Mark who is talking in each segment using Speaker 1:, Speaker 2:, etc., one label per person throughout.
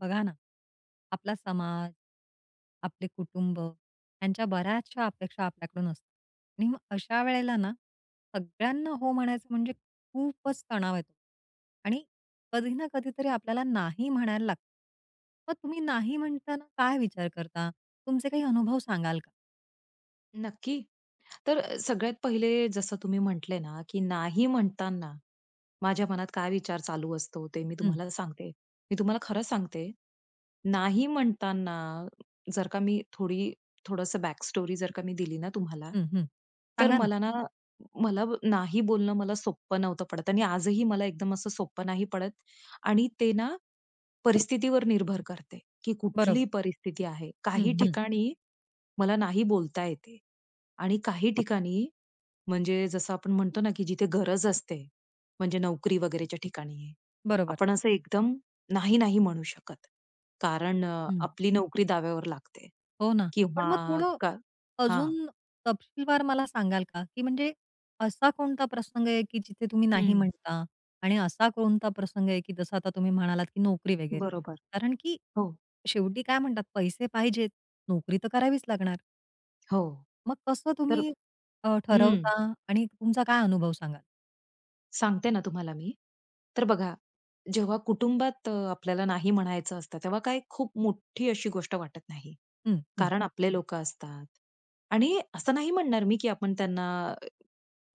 Speaker 1: बघा ना, आपला समाज, आपले कुटुंब यांच्या बऱ्याचशा अपेक्षा आपल्याकडून असतात. आणि मग अशा वेळेला ना, सगळ्यांना हो म्हणायचं म्हणजे खूपच तणाव येतो. आणि कधी ना कधीतरी आपल्याला नाही म्हणायला लागतं. मग तुम्ही नाही म्हणताना काय विचार करता? तुमचे काही अनुभव सांगाल का?
Speaker 2: नक्की. तर सगळ्यात पहिले जसं तुम्ही म्हटले ना, की नाही म्हणताना माझ्या मनात काय विचार चालू असतो ते मी
Speaker 1: हं,
Speaker 2: तुम्हाला सांगते. मी तुम्हाला खरं सांगते, नाही म्हणताना जर का मी थोडंसं बॅक स्टोरी जर का मी दिली ना तुम्हाला,
Speaker 1: हं, हं.
Speaker 2: तर
Speaker 1: सांगा ना.
Speaker 2: मला ना मला ब- नाही बोलणं मला सोपं नव्हतं पडत आणि आजही मला एकदम असं सोपं नाही पडत. आणि ते ना परिस्थितीवर निर्भर करते, की कुठली
Speaker 1: बरोबर.
Speaker 2: परिस्थिती आहे.
Speaker 1: हं,
Speaker 2: काही
Speaker 1: हं.
Speaker 2: ठिकाणी मला नाही बोलता येते. आणि काही ठिकाणी म्हणजे जसं आपण म्हणतो ना, की जिथे गरज असते, म्हणजे नोकरी वगैरेच्या ठिकाणी,
Speaker 1: बरोबर.
Speaker 2: आपण असं एकदम नाही, नाही म्हणू शकत. कारण आपली नोकरी दाव्यावर लागते
Speaker 1: हो ना. पण
Speaker 2: किंवा
Speaker 1: मग थोडं
Speaker 2: का. हां.
Speaker 1: अजून तपशीलवार मला सांगाल का? की म्हणजे असा कोणता प्रसंग आहे, की जिथे तुम्ही नाही
Speaker 2: हं.
Speaker 1: म्हणता आणि असा कोणता प्रसंग आहे, की जसं आता तुम्ही म्हणालात, की नोकरी वगैरे?
Speaker 2: बरोबर.
Speaker 1: कारण की
Speaker 2: हो,
Speaker 1: शेवटी काय म्हणतात पैसे पाहिजेत, नोकरी तर करावीच लागणार.
Speaker 2: हो.
Speaker 1: मग कसं
Speaker 2: तर
Speaker 1: तुम्ही
Speaker 2: हं.
Speaker 1: ठरवता आणि तुमचा काय अनुभव सांगाल?
Speaker 2: सांगते ना तुम्हाला मी. तर बघा, जेव्हा कुटुंबात आपल्याला नाही म्हणायचं असतं, तेव्हा काही खूप मोठी अशी गोष्ट वाटत नाही.
Speaker 1: हं, हं.
Speaker 2: कारण आपले लोकं असतात. आणि असं नाही म्हणणार मी, की आपण त्यांना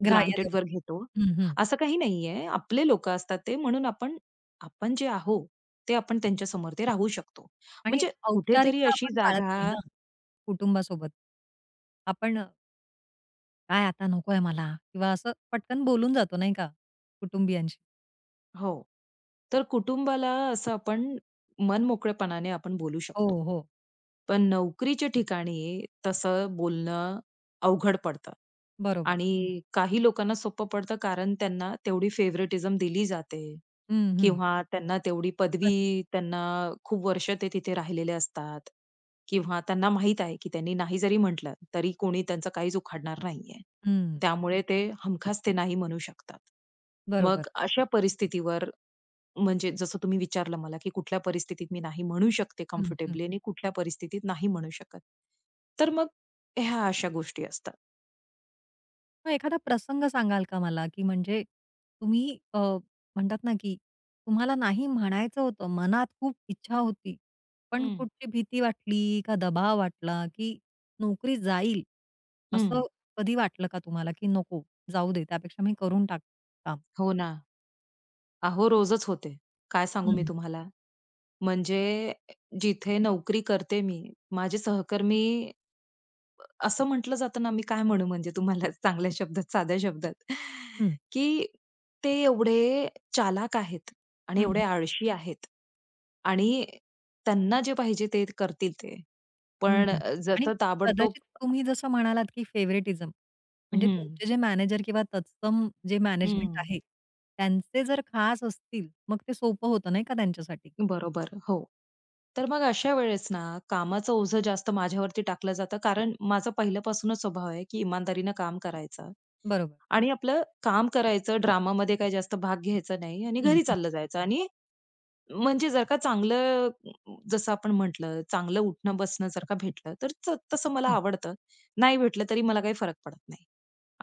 Speaker 1: ग्राह्य
Speaker 2: ग्रांटेडवर घेतो.
Speaker 1: धरून. हं, हं.
Speaker 2: असं काही नाहीये. आपले लोकं असतात ते, म्हणून आपण आपण जे आहोत, ते आपण त्यांच्यासमोर ते राहू शकतो.
Speaker 1: आणि
Speaker 2: म्हणजे कुठेतरी
Speaker 1: औपचारिकता
Speaker 2: अशी
Speaker 1: आपण पाळत नाही
Speaker 2: जागा.
Speaker 1: ना कुटुंबासोबत. आपण "काय आता नकोय मला" किंवा असं पटकन बोलून जातो नाही का कुटुंबियांशी.
Speaker 2: हो. तर कुटुंबाला असं आपण मनमोकळेपणाने आपण बोलू
Speaker 1: हो,
Speaker 2: शकतो.
Speaker 1: हो.
Speaker 2: पण नोकरीच्या ठिकाणी तसं बोलणं अवघड पडतं.
Speaker 1: बरोबर.
Speaker 2: आणि काही लोकांना सोपं पडतं कारण त्यांना तेवढी फेव्हरेटिझम दिली जाते.
Speaker 1: हं, हं.
Speaker 2: किंवा त्यांना तेवढी पदवी
Speaker 1: नक्क
Speaker 2: त्यांना खूप वर्ष ते तिथे राहिलेले असतात किंवा त्यांना माहीत आहे, की त्यांनी नाही जरी म्हटलं, तरी कोणी त्यांचं काहीच उखाडणार नाहीये.
Speaker 1: हं.
Speaker 2: त्यामुळे ते हमखास ते नाही म्हणू शकतात.
Speaker 1: बरोबर.
Speaker 2: मग अशा परिस्थितीवर म्हणजे जसं तुम्ही विचारलं मला, की कुठल्या परिस्थितीत मी नाही म्हणू शकते
Speaker 1: हं, हं.
Speaker 2: कम्फर्टेबली आणि कुठल्या परिस्थितीत नाही म्हणू शकत. तर मग ह्या अशा गोष्टी असतात.
Speaker 1: मग एखादा प्रसंग सांगाल का मला, की म्हणजे तुम्ही म्हणतात ना, की तुम्हाला नाही म्हणायचं होतं, मनात खूप इच्छा होती, पण
Speaker 2: हं.
Speaker 1: कुठची भीती वाटली का दबाव वाटला, की नोकरी जाईल,
Speaker 2: हं.
Speaker 1: असं कधी वाटलं का तुम्हाला, की नको जाऊ दे त्यापेक्षा मी करून टाक काम?
Speaker 2: हो ना. अहो, रोजच होते. काय सांगू मी
Speaker 1: हं,
Speaker 2: तुम्हाला. म्हणजे जिथे नोकरी करते मी, माझे सहकर्मी असं म्हटलं जातं ना, मी काय म्हणू म्हणजे तुम्हाला चांगल्या शब्दात, साध्या शब्दात,
Speaker 1: हं,
Speaker 2: की ते एवढे चालाक आहेत आणि
Speaker 1: हं.
Speaker 2: एवढे आळशी आहेत आणि त्यांना जे पाहिजे ते करतील ते.
Speaker 1: हं.
Speaker 2: पण
Speaker 1: आणि
Speaker 2: जसं ताबडतोब.
Speaker 1: कदाचित तुम्ही जसं म्हणालात, की फेव्हरेटिझम म्हणजे
Speaker 2: हं,
Speaker 1: तुमचे जे मॅनेजर किंवा तत्सम जे मॅनेजमेंट
Speaker 2: हं.
Speaker 1: आहे, त्यांचे जर खास असतील, मग ते सोपं होतं नाही का त्यांच्यासाठी.
Speaker 2: बरोबर. हो. तर मग अशा वेळेस ना, कामाचं ओझं जास्त माझ्यावरती टाकलं जातं, कारण माझा पहिल्यापासूनच स्वभाव आहे, की इमानदारीनं काम करायचं.
Speaker 1: बरोबर.
Speaker 2: आणि आपलं काम करायचं, ड्रामामध्ये काही जास्त भाग घ्यायचा नाही आणि
Speaker 1: हं,
Speaker 2: घरी
Speaker 1: हं,
Speaker 2: चाललं जायचं आणि म्हणजे जर का चांगलं जसं आपण म्हटलं, चांगलं उठणं-बसणं जर का भेटलं, तर तसं मला
Speaker 1: हं.
Speaker 2: आवडतं. नाही भेटलं तरी मला काही फरक पडत नाही.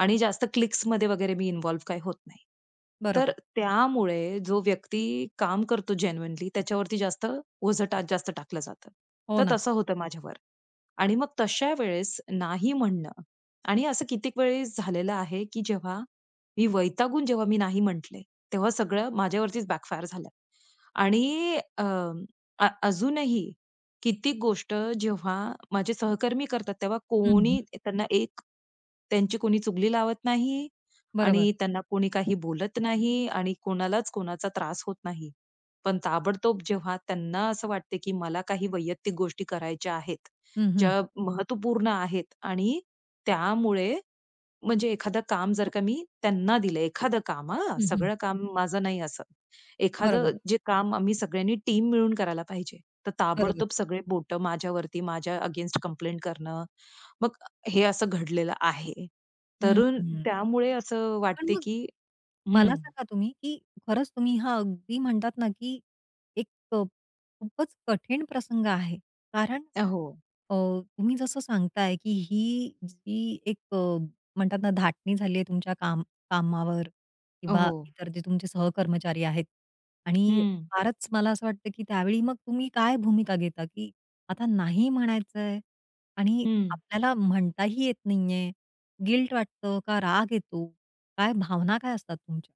Speaker 2: आणि जास्त क्लिक्समध्ये वगैरे मी इन्व्हॉल्व काही होत नाही. तर
Speaker 1: बरोबर.
Speaker 2: त्यामुळे जो व्यक्ती काम करतो जेन्युइनली त्याच्यावरती जास्त ओझं जास्त टाकलं जातं.
Speaker 1: हो
Speaker 2: तर
Speaker 1: ना.
Speaker 2: तसं होतं माझ्यावर. आणि मग तशा वेळेस नाही म्हणणं आणि असं कित्येक वेळेस झालेलं आहे, की जेव्हा मी वैतागून जेव्हा मी नाही म्हटले, तेव्हा सगळं माझ्यावरतीच बॅकफायर झालं. आणि अ, अ, अजूनही कित्येक गोष्ट जेव्हा माझे सहकर्मी करतात, तेव्हा
Speaker 1: हं, हं.
Speaker 2: कोणी त्यांना एक त्यांची कोणी चुगली लावत नाही
Speaker 1: बरोबर.
Speaker 2: आणि त्यांना कोणी काही बोलत नाही आणि कोणालाच कोणाचा त्रास होत नाही. पण ताबडतोब जेव्हा त्यांना असं वाटते, की मला काही वैयक्तिक गोष्टी करायच्या आहेत,
Speaker 1: हं, हं.
Speaker 2: ज्या महत्त्वपूर्ण आहेत आणि त्यामुळे म्हणजे एखादं काम जर का मी त्यांना दिलं, एखादं काम हां,
Speaker 1: हं, हं.
Speaker 2: सगळं काम माझं नाही असं.
Speaker 1: बरोबर,
Speaker 2: एखादं जे काम आम्ही सगळ्यांनी टीम मिळून करायला पाहिजे. तर
Speaker 1: बरोबर.
Speaker 2: ताबडतोब सगळे बोटं माझ्यावरती, माझ्या अगेन्स्ट कंप्लेंट करणं. मग हे असं घडलेलं आहे.
Speaker 1: हं,
Speaker 2: तरुण
Speaker 1: हं.
Speaker 2: त्यामुळे असं
Speaker 1: पण
Speaker 2: वाटते,
Speaker 1: मग
Speaker 2: की
Speaker 1: मला
Speaker 2: हं.
Speaker 1: सांगा तुम्ही, की खरंच तुम्ही हा अगदी म्हणतात ना, की एक अ, खूपच कठीण प्रसंग आहे. कारण
Speaker 2: हो.
Speaker 1: अ, तुम्ही जसं सांगताय, की ही जी एक म्हणतात ना धाटणी झाली आहे तुमच्या कामावर किंवा
Speaker 2: हो.
Speaker 1: इतर जे तुमचे सहकर्मचारी आहेत आणि
Speaker 2: हं.
Speaker 1: फारच मला असं वाटतं, की त्यावेळी मग तुम्ही काय भूमिका घेता, की आता नाही म्हणायचंय आणि
Speaker 2: हं.
Speaker 1: आपल्याला म्हणताही येत नाहीये. गिल्ट वाटतं का राग येतो? काय भावना काय असतात तुमच्या?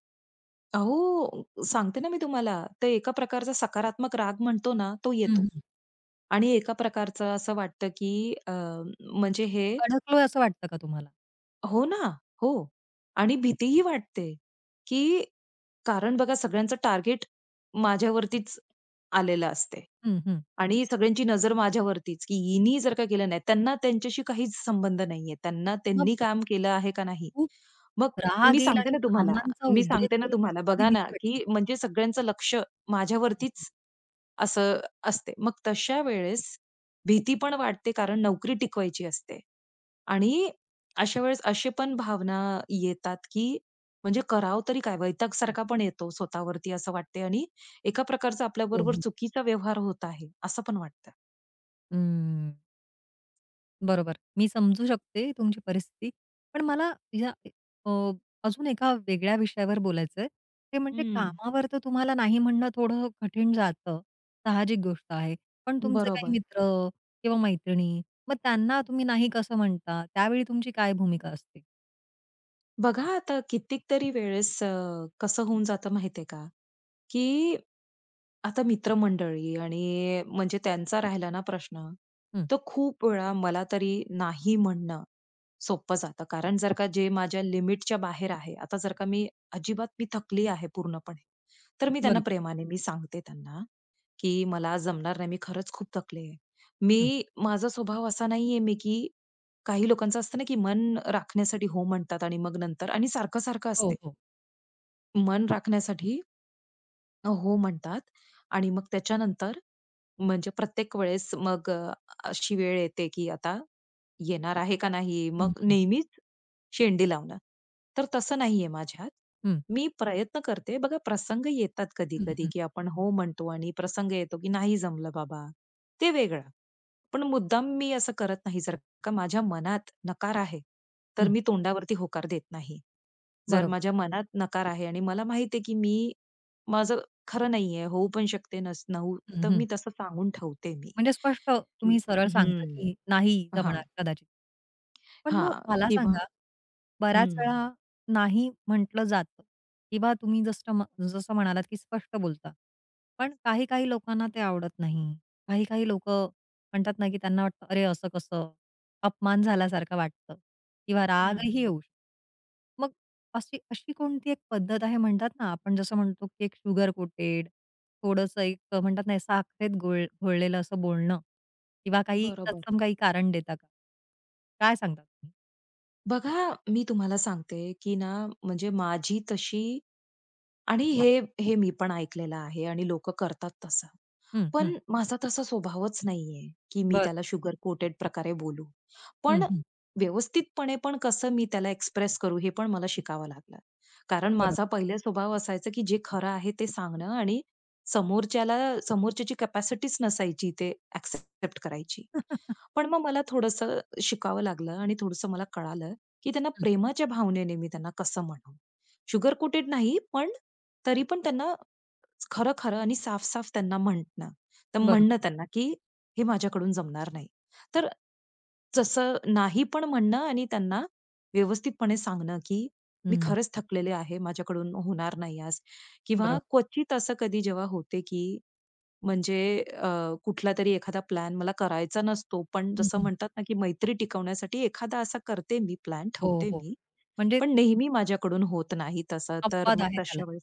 Speaker 2: अहो, सांगते ना मी तुम्हाला. ते एका प्रकारचा सकारात्मक राग म्हणतो ना, तो
Speaker 1: हं,
Speaker 2: येतो.
Speaker 1: हं.
Speaker 2: आणि एका प्रकारचं असं वाटतं, की म्हणजे हे.
Speaker 1: अडकलोय असं वाटतं का तुम्हाला?
Speaker 2: हो ना, हो. आणि भीतीही वाटते, की कारण बघा सगळ्यांचं टार्गेट माझ्यावरतीच आलेलं असते
Speaker 1: हं, हं.
Speaker 2: आणि सगळ्यांची नजर माझ्यावरतीच, की हिनी जर का केलं नाही, त्यांना त्यांच्याशी काहीच संबंध नाहीये. त्यांना
Speaker 1: मग
Speaker 2: त्यांनी काम केलं आहे का नाही? मग
Speaker 1: राग
Speaker 2: मी
Speaker 1: येईल
Speaker 2: सांगते
Speaker 1: आणि
Speaker 2: ना तुम्हाला,
Speaker 1: भावनांचा
Speaker 2: मी
Speaker 1: उद्रेक
Speaker 2: सांगते ना
Speaker 1: होईल असं
Speaker 2: तुम्हाला
Speaker 1: कधी
Speaker 2: बघा ना,
Speaker 1: भीती वाटते
Speaker 2: की
Speaker 1: का?
Speaker 2: म्हणजे सगळ्यांचं लक्ष माझ्यावरतीच असं असते. मग तशा वेळेस भीती पण वाटते कारण नोकरी टिकवायची असते. आणि अशा वेळेस असे पण भावना येतात, की म्हणजे करावं तरी काय? वैताग सारखा पण येतो स्वतःवरती असं वाटते आणि एका प्रकारचा
Speaker 1: हो,
Speaker 2: आपल्याबरोबर
Speaker 1: हो.
Speaker 2: चुकीचा व्यवहार होत आहे, असं पण वाटतं.
Speaker 1: अं, बरोबर. मी समजू शकते तुमची परिस्थिती. पण मला या अ, अजून एका वेगळ्या विषयावर बोलायचंय. ते म्हणजे
Speaker 2: हं.
Speaker 1: कामावर तर तुम्हाला नाही म्हणणं थोडं कठीण जातं. साहजिक गोष्ट आहे. पण तुमचे काही
Speaker 2: बरोबर.
Speaker 1: मित्र किंवा मैत्रिणी, मग त्यांना तुम्ही नाही कसं म्हणता? त्यावेळी तुमची काय भूमिका असते?
Speaker 2: बघा आता कित्येक तरी वेळेस कसं होऊन जातं माहितीये का? की आता मित्रमंडळी आणि म्हणजे त्यांचा राहिला ना प्रश्न,
Speaker 1: हं.
Speaker 2: तर खूप वेळा मला तरी नाही म्हणणं सोपं जातं. कारण जर का जे माझ्या लिमिटच्या बाहेर आहे, आता जर का मी अजिबात मी थकली आहे पूर्णपणे, तर मी त्यांना
Speaker 1: बरोबर.
Speaker 2: प्रेमाने मी सांगते त्यांना, की मला जमणार नाही, मी खरंच खूप थकले आहे.
Speaker 1: हं.
Speaker 2: मी माझा स्वभाव असा नाहीये मी की काही लोकांचं असतं ना, की मन राखण्यासाठी हो म्हणतात आणि मग नंतर आणि सारखं-सारखं
Speaker 1: हो,
Speaker 2: असते.
Speaker 1: हो.
Speaker 2: मन राखण्यासाठी हो म्हणतात आणि मग त्याच्यानंतर म्हणजे प्रत्येक वेळेस मग अशी वेळ येते, की आता येणार आहे का नाही? मग
Speaker 1: हं.
Speaker 2: नेहमीच शेंडी लावणं. तर तसं नाहीये माझ्यात.
Speaker 1: हं.
Speaker 2: मी प्रयत्न करते. बघा प्रसंग येतात
Speaker 1: हं.
Speaker 2: कधी-कधी,
Speaker 1: हं,
Speaker 2: की आपण हो म्हणतो आणि प्रसंग येतो, की नाही जमलं बाबा, ते वेगळं. पण मुद्दाम मी असं करत नाही. जर का माझ्या मनात नकार आहे, तर
Speaker 1: हं.
Speaker 2: मी तोंडावरती होकार देत नाही. जर
Speaker 1: बरोबर.
Speaker 2: माझ्या मनात नकार आहे आणि मला माहिती आहे, की मी माझं खरं नाहीये, होऊ पण शकते, नस नऊ
Speaker 1: हं,
Speaker 2: तर
Speaker 1: हं.
Speaker 2: मी तसं सांगून ठेवते मी,
Speaker 1: म्हणजे स्पष्ट
Speaker 2: की
Speaker 1: तुम्ही सरळ सांगता,
Speaker 2: हं,
Speaker 1: की नाही
Speaker 2: हां,
Speaker 1: जमणार कदाचित. पण मग
Speaker 2: हां
Speaker 1: मला
Speaker 2: किंवा
Speaker 1: सांगा,
Speaker 2: हं,
Speaker 1: बऱ्याच वेळा नाही म्हटलं जातं किंवा तुम्ही जसं म्हणालात, की स्पष्ट बोलता. पण काही-काही लोकांना ते आवडत नाही. काही-काही लोकं म्हणतात ना, की त्यांना वाटतं, "अरे, असं कसं?" अपमान झाल्यासारखं वाटतं किंवा
Speaker 2: हं,
Speaker 1: रागही येऊ शकतो. मग अशी अशी कोणती एक पद्धत आहे म्हणतात ना, आपण जसं म्हणतो, की एक शुगर कोटेड थोडंसं एक म्हणतात ना, साखरेत घोळ घोळलेलं असं बोलणं किंवा काही
Speaker 2: बरोबर.
Speaker 1: तत्सम काही कारण देता का? काय सांगता तुम्ही?
Speaker 2: बघा, मी तुम्हाला सांगते, की ना म्हणजे माझी तशी आणि हे हे मी पण ऐकलेलं आहे आणि लोकं करतात तसं.
Speaker 1: हं, हं.
Speaker 2: पण माझा तसा स्वभावच नाहीये, की मी
Speaker 1: बरं.
Speaker 2: त्याला शुगर कोटेड प्रकारे बोलू.
Speaker 1: हं,
Speaker 2: पण
Speaker 1: हं.
Speaker 2: व्यवस्थितपणे पण कसं मी त्याला एक्सप्रेस करू हे पण मला शिकावं लागलं. कारण
Speaker 1: बरोबर.
Speaker 2: माझा पहिला स्वभाव असायचा, की जे खरं आहे ते सांगणं आणि समोरच्याला समोरच्याची कॅपॅसिटीच नसायची ते एक्सेप्ट करायची. पण मग मला थोडंसं शिकावं लागलं आणि थोडंसं मला कळालं, की त्यांना
Speaker 1: हं,
Speaker 2: प्रेमाच्या भावनेने मी त्यांना कसं म्हणावं. शुगर कोटेड नाही, पण तरी पण त्यांना खरं-खरं आणि साफ-साफ त्यांना म्हटणं. तर
Speaker 1: बरोबर.
Speaker 2: म्हणणं त्यांना, की "हे माझ्याकडून जमणार नाही." तर तसं नाही पण म्हणणं आणि त्यांना व्यवस्थितपणे सांगणं, की "मी
Speaker 1: हं,
Speaker 2: खरंच थकलेले आहे. माझ्याकडून होणार नाही आज." किंवा
Speaker 1: बरोबर.
Speaker 2: क्वचित असं कधी जेव्हा होते, की म्हणजे अ, कुठलातरी एखादा प्लॅन मला करायचा नसतो. पण
Speaker 1: हं,
Speaker 2: जसं
Speaker 1: हं.
Speaker 2: म्हणतात ना, की मैत्री टिकवण्यासाठी एखादा असा करते मी प्लॅन
Speaker 1: हो,
Speaker 2: ठेवते
Speaker 1: हो.
Speaker 2: मी.
Speaker 1: म्हणजे
Speaker 2: पण नेहमी माझ्याकडून होत नाही तसं. तर
Speaker 1: अपवाद
Speaker 2: मग
Speaker 1: आहे त्याला.
Speaker 2: तशा वेळेस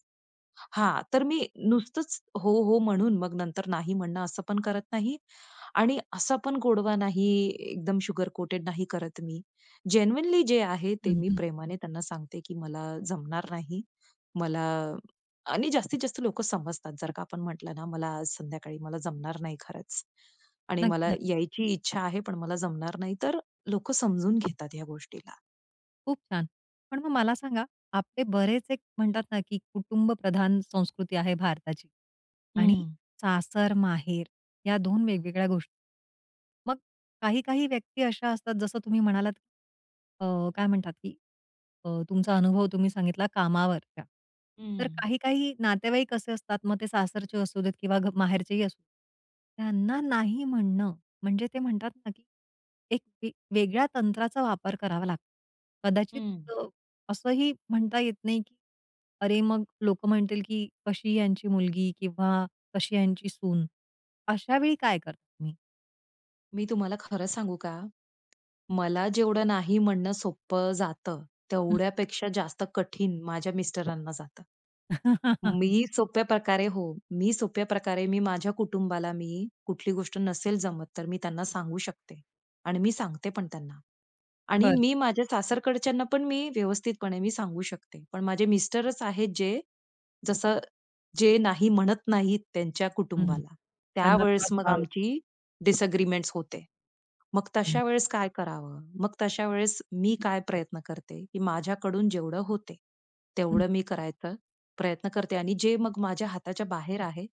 Speaker 2: हा, तर मी नुसतंच हो, हो म्हणून मग नंतर नाही म्हणणं असं पण करत नाही आणि असा पण गोडवा नाही, एकदम शुगर कोटेड नाही करत मी. जेन्युइनली जे आहे ते
Speaker 1: हं,
Speaker 2: मी
Speaker 1: हं.
Speaker 2: प्रेमाने त्यांना सांगते, की मला जमणार नाही. मला आणि जास्तीत जास्त लोकं समजतात. जर का आपण म्हटलं ना, "मला आज संध्याकाळी मला जमणार नाही खरंच आणि मला
Speaker 1: नक्की.
Speaker 2: यायची इच्छा आहे, पण मला जमणार नाही." तर लोकं समजून घेतात ह्या गोष्टीला.
Speaker 1: खूप छान. पण मग मला सांगा, आपले बरेच एक म्हणतात ना, की कुटुंबप्रधान संस्कृती आहे भारताची आणि
Speaker 2: हं,
Speaker 1: सासर-माहेर या दोन वेगवेगळ्या गोष्टी. मग काही-काही व्यक्ती अशा असतात, जसं तुम्ही म्हणालात, काय म्हणतात, की तुमचा अनुभव तुम्ही सांगितला कामावरच्या. तर
Speaker 2: हं,
Speaker 1: काही-काही नातेवाईक असे असतात, मग ते सासरचे असू देत किंवा माहेरचेही असू देत, त्यांना नाही म्हणणं म्हणजे ते म्हणतात ना, की एक वेगळ्या तंत्राचा वापर करावा लागतो. कदाचित
Speaker 2: हं.
Speaker 1: अ, असंही म्हणता येत नाही, की अरे, मग लोकं म्हणतील, की कशी यांची मुलगी किंवा कशी यांची सून. अशा वेळी काय करता तुम्ही?
Speaker 2: मी तुम्हाला खरं सांगू का? मला जेवढं नाही म्हणणं सोपं जातं,
Speaker 1: हं.
Speaker 2: तेवढ्यापेक्षा जास्त कठीण माझ्या मिस्टरांना जातं. मी सोप्या प्रकारे हो, मी सोप्या प्रकारे मी माझ्या कुटुंबाला मी कुठली गोष्ट नसेल जमत, तर मी त्यांना सांगू शकते आणि मी सांगते पण त्यांना. आणि
Speaker 1: बरं.
Speaker 2: मी माझ्या सासरकडच्यांना पण मी व्यवस्थितपणे मी सांगू शकते. पण माझे मिस्टरच आहेत जसं जे नाही म्हणत नाहीत त्यांच्या
Speaker 1: हं.
Speaker 2: कुटुंबाला.
Speaker 1: त्यांना थोडा
Speaker 2: त्यावेळेस मग
Speaker 1: दबाव येतो.
Speaker 2: आमची डिसएग्रीमेंट्स होते. मग
Speaker 1: हं,
Speaker 2: तशा वेळेस काय करावं? मग तशा वेळेस मी काय प्रयत्न करते, की माझ्याकडून जेवढं होते,
Speaker 1: हं.
Speaker 2: तेवढं मी करायचा प्रयत्न करते आणि जे मग माझ्या हाताच्या बाहेर आहे,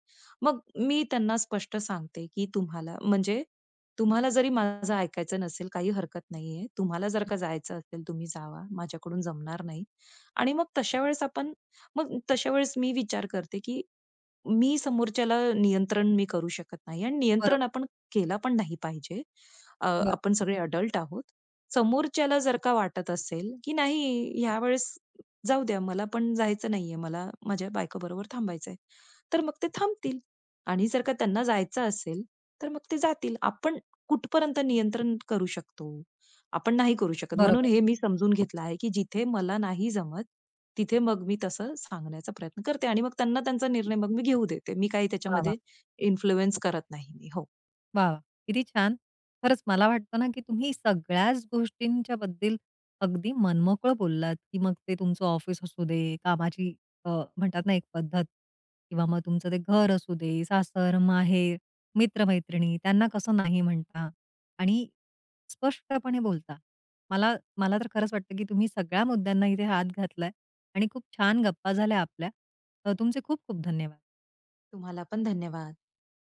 Speaker 2: मग मी त्यांना स्पष्ट सांगते, की तुम्हाला म्हणजे तुम्हाला जरी माझं ऐकायचं नसेल, काही हरकत नाहीये. तुम्हाला जर का जायचं असेल, तुम्ही जावा. माझ्याकडून जमणार नाही आणि मग तशा वेळेस मी विचार करते, की मी समोरच्याला नियंत्रण मी करू शकत नाही आणि नियंत्रण
Speaker 1: बरोबर.
Speaker 2: आपण केला पण नाही पाहिजे.
Speaker 1: बरं.
Speaker 2: आपण सगळे अडल्ट आहोत. समोरच्याला जर का वाटत असेल, की नाही ह्यावेळेस जाऊ द्या मला पण जायचं नाहीये, मला माझ्या बायकोबरोबर थांबायचंय. तर मग ते थांबतील आणि जर का त्यांना जायचं असेल, तर मग ते जातील. आपण कुठपर्यंत नियंत्रण करू शकतो? आपण नाही करू शकत. म्हणून
Speaker 1: बरोबर.
Speaker 2: हे मी समजून घेतलं आहे, की जिथे मला नाही जमत तिथे मग मी तसं सांगण्याचा प्रयत्न करते आणि मग त्यांना त्यांचा निर्णय मग मी घेऊ देते. मी काही
Speaker 1: वाह!
Speaker 2: त्याच्यामध्ये
Speaker 1: वाह!
Speaker 2: इन्फ्लुअन्स करत नाही मी. हो.
Speaker 1: वाह! वाह! किती छान. खरंच मला वाटतं ना, की तुम्ही सगळ्याच गोष्टींच्या बद्दल अगदी मनमोकळं बोललात, की मग ते तुमचं ऑफिस असू दे, कामाची अ, म्हणतात ना एक पद्धत किंवा मग तुमचं ते घर असू दे, सासर, माहेर, मित्र-मैत्रिणी त्यांना कसं नाही म्हणता आणि स्पष्टपणे बोलता. मला मला तर खरंच वाटतं, की तुम्ही सगळ्या मुद्द्यांना इथे हात घातलाय आणि खूप छान गप्पा झाल्या आपल्या. तुमचे खूप खूप धन्यवाद.
Speaker 2: तुम्हाला पण धन्यवाद.